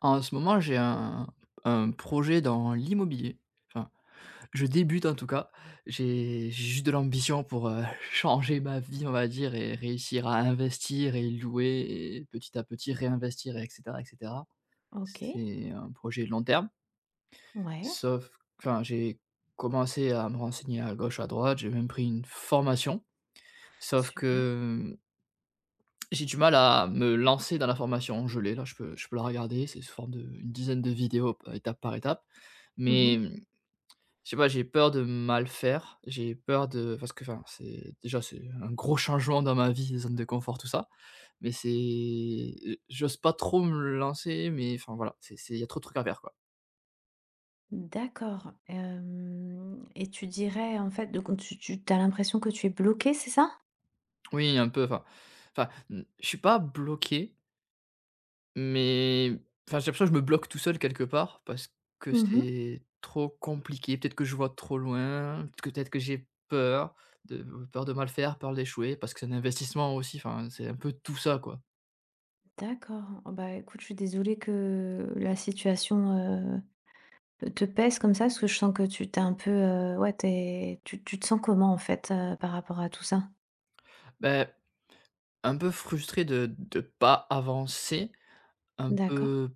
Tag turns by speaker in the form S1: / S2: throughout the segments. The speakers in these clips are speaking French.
S1: En ce moment, j'ai un projet dans l'immobilier. Enfin, je débute en tout cas. J'ai juste de l'ambition pour, changer ma vie, on va dire, et réussir à investir et louer et petit à petit réinvestir, et etc. et cetera.
S2: OK,
S1: C'est un projet long terme,
S2: ouais,
S1: sauf enfin, j'ai commencé à me renseigner à gauche, à droite, j'ai même pris une formation, sauf
S2: super.
S1: que j'ai du mal à me lancer dans la formation. Je l'ai là, je peux la regarder, c'est sous forme d'une dizaine de vidéos p étape par étape.
S2: Mmh.
S1: Mais, mmh, je sais pas, j'ai peur de mal faire, j'ai peur de, parce que, enfin, c'est déjà c'est un gros changement dans ma vie, les zones de confort, tout ça. Mais c'est, j'ose pas trop me lancer, mais enfin voilà, c'est il y a trop de trucs à faire, quoi.
S2: D'accord, hem et tu dirais, en fait, donc tu as l'impression que tu es bloqué, c'est ça?
S1: Oui, un peu, enfin enfin, mmh, je suis pas bloqué. Mais enfin, j'ai l'impression que je me bloque tout seul quelque part parce que
S2: Mmh.
S1: c'est trop compliqué. Peut-être que je vois trop loin, peut-être que j'ai peur de, peur de mal faire, peur d'échouer, parce que c'est un investissement aussi, enfin, c'est un peu tout ça, quoi.
S2: D'accord. Oh, bah, écoute, je suis désolée que la situation, te pèse comme ça, parce que je sens que tu es un peu, ouais, tu te sens comment, en fait, par rapport à tout ça?
S1: Ben, un peu frustré de pas avancer, un
S2: D'accord.
S1: peu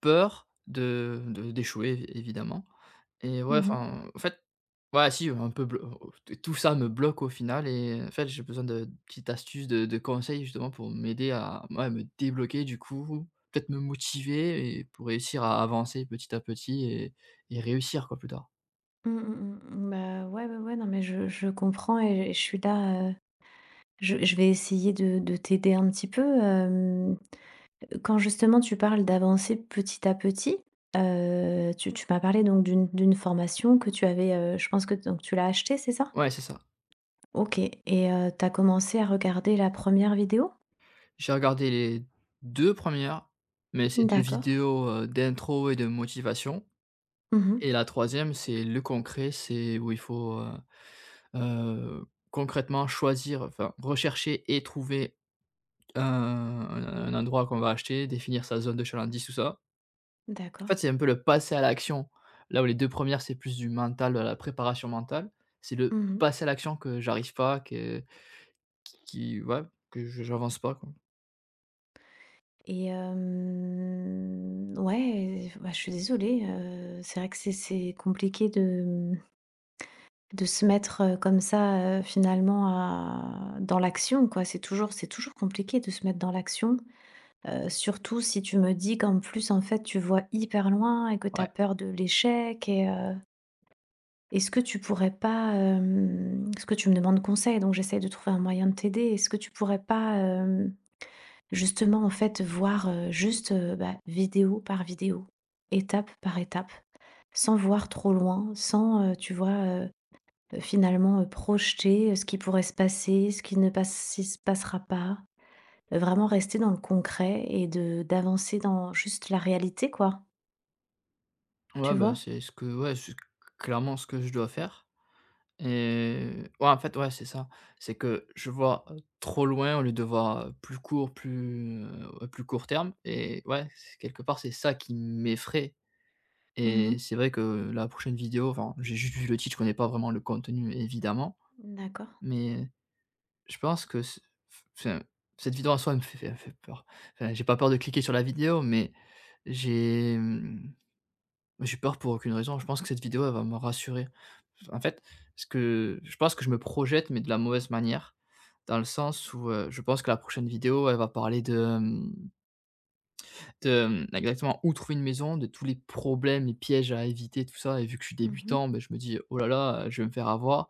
S1: peur de d'échouer é évidemment. Et
S2: Mmh
S1: ouais,
S2: mh.
S1: enfin, en fait ouais, ah si, un peu blo, tout ça me bloque au final et en fait, j'ai besoin de petites astuces, de conseils justement pour m'aider à, ouais, me débloquer du coup, peut-être me motiver, et pour réussir à avancer petit à petit et réussir quoi plus tard.
S2: Mmh, mmh, mmh. Bah, ouais, ouais, ouais, non, mais je comprends et je suis là, je vais essayer de t'aider un petit peu. Quand justement tu parles d'avancer petit à petit, tu m'as parlé donc d'une formation que tu avais, je pense que donc tu l'as achetée, c'est ça?
S1: Ouais, c'est ça.
S2: OK. Et tu as commencé à regarder la première vidéo?
S1: J'ai regardé les 2 premières, mais c'est 2
S2: D'accord.
S1: vidéos, d'intro et de motivation,
S2: Mmh.
S1: et la troisième c'est le concret, c'est où il faut, Heu, concrètement, choisir, enfin rechercher et trouver un endroit qu'on va acheter, définir sa zone de chalandise, tout ça. En
S2: D'accord.
S1: fait, c'est un peu le passer à l'action. Là où les 2 premières c'est plus du mental, de la préparation mentale, c'est le
S2: Mmh.
S1: passer à l'action que j'arrive pas, que qui, ouais, que je j'avance pas quoi.
S2: Et ouais, bah, je suis désolée, c'est vrai que c'est compliqué de, mmh, de se mettre, comme ça, finalement à dans l'action, quoi. C'est toujours compliqué de se mettre dans l'action. Surtout si tu me dis qu'en plus, en fait, tu vois hyper loin et que tu as
S1: Ouais,
S2: peur de l'échec et est-ce que tu pourrais pas, parce que tu me demandes conseil, donc j'essaie de trouver un moyen de t'aider. Est-ce que tu pourrais pas, justement, en fait, voir, juste, bah, vidéo par vidéo, étape par étape, sans voir trop loin, sans, tu vois, finalement, projeter, ce qui pourrait se passer, ce qui ne passe si se passera pas? Vraiment rester dans le concret et de d'avancer dans juste la réalité, quoi, tu
S1: ouais, bah,
S2: vois?
S1: c'est ce que, ouais, c'est clairement ce que je dois faire. Et ouais, en fait, ouais, c'est ça. C'est que je vois, trop loin au lieu de voir, plus court, plus, à plus court terme, et ouais, c'est quelque part, c'est ça qui m'effraie.
S2: Mmh mh.
S1: Et c'est vrai que la prochaine vidéo, enfin, j'ai juste vu le titre, je connais pas vraiment le contenu évidemment,
S2: D'accord.
S1: mais je pense que ce, enfin, cette vidéo en soi, elle me fait peur. Enfin, j'ai pas peur de cliquer sur la vidéo, mais j'ai, mmh mais j'ai peur pour aucune raison. Je pense que cette vidéo, elle va me rassurer. En fait, ce que je pense, que je me projette, mais de la mauvaise manière, dans le sens où, je pense que la prochaine vidéo, elle va parler de, de, exactement où trouver une maison, de tous les problèmes, les pièges à éviter, tout ça, et vu que je suis
S2: Mmh mh.
S1: débutant, ben je me dis: «Oh là là, je vais me faire avoir».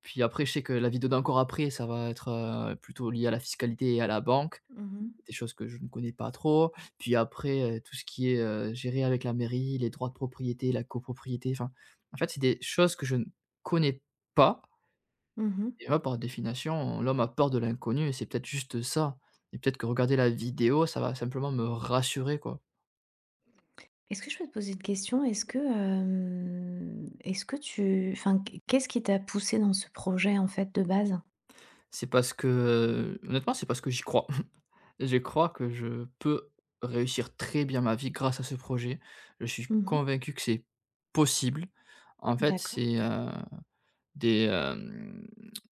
S1: Puis après, je sais que la vidéo d'encore après, ça va être, plutôt lié à la fiscalité et à la banque,
S2: Mmh mh.
S1: des choses que je ne connais pas trop. Puis après, tout ce qui est, géré avec la mairie, les droits de propriété, la copropriété, enfin, en fait, c'est des choses que je ne connais pas.
S2: Mmh mh.
S1: Et moi, par définition, l'homme a peur de l'inconnu, et c'est peut-être juste ça, et peut-être que regarder la vidéo, ça va simplement me rassurer, quoi.
S2: Est-ce que je peux te poser une question? Est-ce que, est-ce que tu enfin, qu'est-ce qui t'a poussée dans ce projet, en fait, de base?
S1: C'est parce que, honnêtement, c'est parce que j'y crois. Je crois que je peux réussir très bien ma vie grâce à ce projet. Je suis
S2: Mmh mh.
S1: convaincu que c'est possible. En fait,
S2: D'accord.
S1: c'est, heu, des,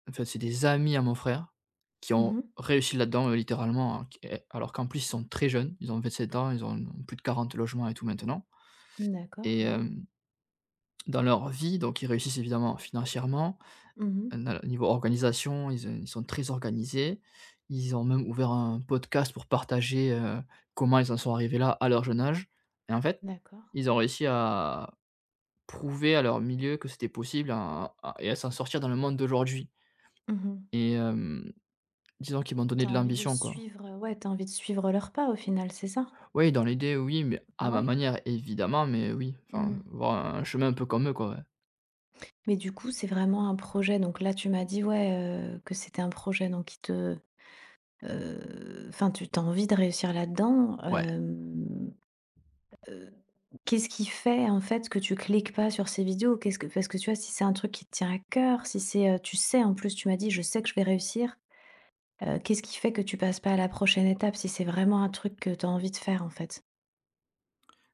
S1: en fait, c'est des amis à mon frère qui
S2: Mmh
S1: ont
S2: mh.
S1: réussi là-dedans, littéralement, hein, qui est, alors qu'en plus, ils sont très jeunes. Ils ont 27 ans, ils ont plus de 40 logements et tout maintenant,
S2: D'accord,
S1: et
S2: waouh.
S1: hem, dans leur vie, donc ils réussissent évidemment financièrement,
S2: Mmh mh.
S1: na niveau organisation, ils, ils sont très organisés. Ils ont même ouvert un podcast pour partager, comment ils en sont arrivés là à leur jeune âge, et en fait,
S2: D'accord.
S1: ils ont réussi à prouver à leur milieu que c'était possible, à et à s'en sortir dans le monde d'aujourd'hui.
S2: Mmh mh.
S1: Et hem, disons qu'ils m'ont
S2: Tu
S1: donné
S2: as
S1: de
S2: envie de
S1: l'ambition, quoi.
S2: suivre, ouais, tu as envie de suivre leur pas au final, c'est ça?
S1: Oui, dans l'idée, oui, mais à ma
S2: Ouais.
S1: manière, évidemment, mais oui,
S2: Mmh
S1: enfin,
S2: mh.
S1: voir un chemin un peu comme eux, quoi, ouais.
S2: Mais du coup, c'est vraiment un projet donc là, tu m'as dit, ouais, que c'était un projet donc qui te, enfin, tu as envie de réussir là-dedans,
S1: Ouais,
S2: heu, qu'est-ce qui fait, en fait, que tu cliques pas sur ces vidéos? Qu'est-ce que parce que tu vois, si c'est un truc qui te tient à cœur, si c'est, tu sais, en plus, tu m'as dit: «Je sais que je vais réussir», qu'est-ce qui fait que tu passes pas à la prochaine étape si c'est vraiment un truc que tu as envie de faire, en fait?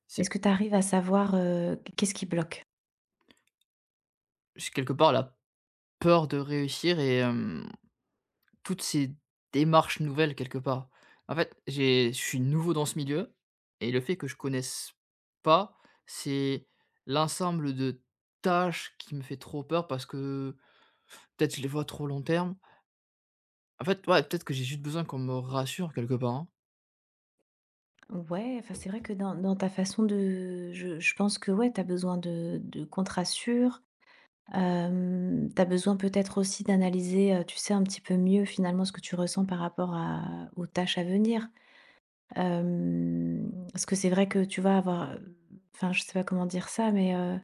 S1: c'est
S2: Est-ce que tu arrives à savoir, qu'est-ce qui bloque?
S1: c'est quelque part la peur de réussir, et hem, toutes ces démarches nouvelles, quelque part. En fait, j'ai je suis nouveau dans ce milieu, et le fait que je connaisse pas, c'est l'ensemble de tâches qui me fait trop peur, parce que peut-être je les vois trop long terme. En fait, ouais, peut-être que j'ai juste besoin qu'on me rassure quelque part, hein.
S2: Ouais, enfin, c'est vrai que dans ta façon de je pense que, ouais, tu as besoin de qu'on te rassure. Tu as besoin peut-être aussi d'analyser, tu sais, un petit peu mieux, finalement, ce que tu ressens par rapport à aux tâches à venir. Parce que c'est vrai que tu vas avoir, enfin, je sais pas comment dire ça, mais,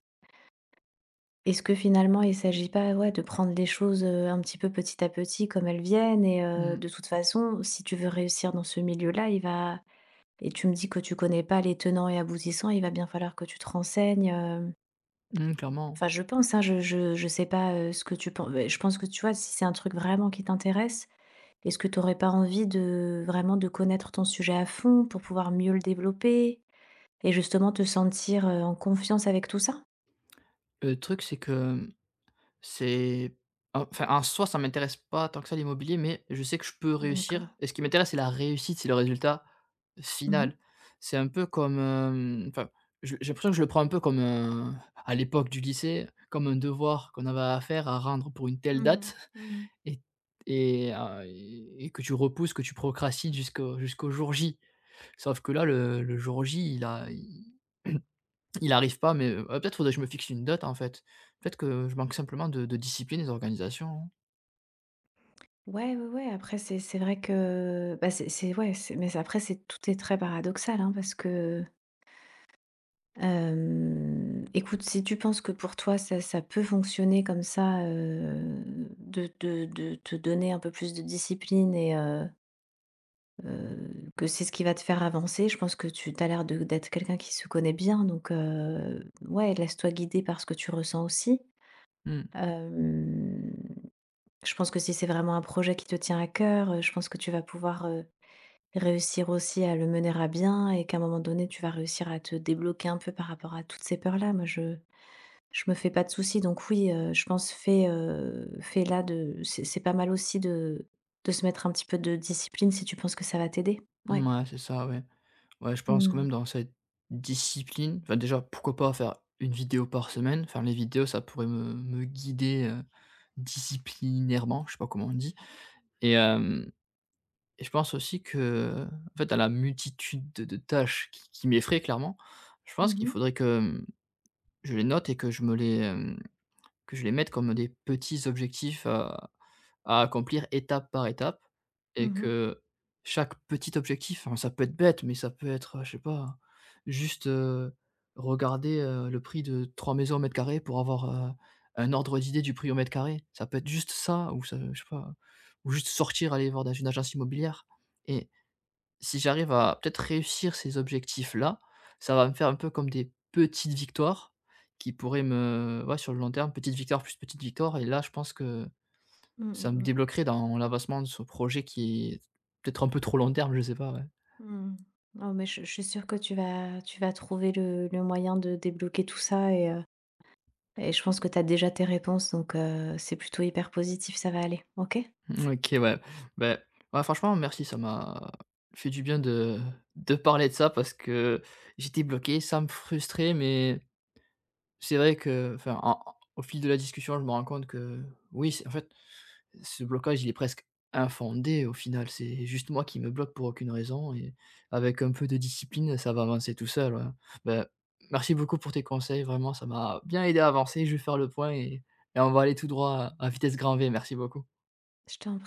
S2: est-ce que finalement il s'agit pas, ouais, de prendre les choses, un petit peu petit à petit comme elles viennent et
S1: Mmh.
S2: de toute façon, si tu veux réussir dans ce milieu-là, il va et tu me dis que tu connais pas les tenants et aboutissants, il va bien falloir que tu te renseignes,
S1: Mmh, clairement.
S2: enfin je pense, hein, je sais pas, ce que tu penses. Je pense que tu vois, si c'est un truc vraiment qui t'intéresse, est-ce que tu n'aurais pas envie de vraiment de connaître ton sujet à fond pour pouvoir mieux le développer et justement te sentir, en confiance avec tout ça?
S1: Le truc, c'est que c'est, enfin, en soi, ça m'intéresse pas tant que ça l'immobilier, mais je sais que je peux
S2: D'accord.
S1: réussir, et ce qui m'intéresse, c'est la réussite, c'est le résultat
S2: Mmh mh.
S1: final. C'est un peu comme, hem, enfin, je j'ai l'impression que je le prends un peu comme un, à l'époque du lycée, comme un devoir qu'on avait à faire, à rendre pour une telle
S2: Mmh.
S1: date
S2: Mmh.
S1: et et que tu repousses, que tu procrastines jusqu'au jour J. Sauf que là, le jour J, il a, il arrive pas, mais, bah, peut-être faudrait que je me fixe une date, en fait. Peut-être que je manque simplement de discipline et d'organisation, hein.
S2: Ouais, ouais, ouais, après c'est vrai que, bah, c'est ouais, c'est mais après c'est tout est très paradoxal, hein, parce que... écoute, si tu penses que pour toi ça peut fonctionner comme ça, de te donner un peu plus de discipline et que c'est ce qui va te faire avancer, je pense que tu as l'air de d'être quelqu'un qui se connaît bien donc ouais, laisse-toi guider par ce que tu ressens aussi.
S1: Mmh,
S2: Hem, je pense que si c'est vraiment un projet qui te tient à cœur, je pense que tu vas pouvoir, réussir aussi à le mener à bien et qu'à un moment donné, tu vas réussir à te débloquer un peu par rapport à toutes ces peurs-là. Moi, je me fais pas de soucis, donc oui, je pense fait, fait là de c'est pas mal aussi de se mettre un petit peu de discipline si tu penses que ça va t'aider. Ouais.
S1: mouais, c'est ça, ouais. Ouais, je pense quand
S2: Mmh.
S1: même dans cette discipline, enfin, déjà, pourquoi pas faire une vidéo par semaine? Faire les vidéos, ça pourrait me guider, disciplinairement, je sais pas comment on dit. Et hem, et je pense aussi que, en fait, à la multitude de tâches qui m'effraient clairement, je pense
S2: Mmh
S1: qu'il
S2: mh.
S1: faudrait que, mmh, je les note et que je me les, que je les mette comme des petits objectifs à accomplir étape par étape,
S2: Mmh
S1: et
S2: mh.
S1: que chaque petit objectif, hein, ça peut être bête, mais ça peut être, je sais pas, juste, regarder, le prix de 3 maisons au mètre carré pour avoir, un ordre d'idée du prix au mètre carré. Ça peut être juste ça, ou ça, je sais pas, ou juste sortir, aller voir dans une agence immobilière, et si j'arrive à peut-être réussir ces objectifs-là, ça va me faire un peu comme des petites victoires qui pourraient me, ouais, sur le long terme, petite victoire plus petite victoire, et là, je pense que
S2: Mmh
S1: ça me
S2: mmh.
S1: débloquerait dans l'avancement de ce projet qui est peut-être un peu trop long terme, je sais pas, ouais.
S2: Mmh. Oh mais je suis sûre que tu vas trouver le moyen de débloquer tout ça et et je pense que tu as déjà tes réponses donc c'est plutôt hyper positif, ça va aller. OK?
S1: Mmh, OK, ouais. Beh, ouais, franchement, merci, ça m'a fait du bien de parler de ça, parce que j'étais bloqué, ça me frustrait, mais c'est vrai que, enfin, en au fil de la discussion, je me rends compte que oui, c'est en fait, ce blocage, il est presque infondé au final, c'est juste moi qui me bloque pour aucune raison, et avec un peu de discipline, ça va avancer tout seul, ouais. Bah, merci beaucoup pour tes conseils, vraiment ça m'a bien aidé à avancer, je vais faire le point, et on va aller tout droit à vitesse grand V, merci beaucoup.
S2: Je t'en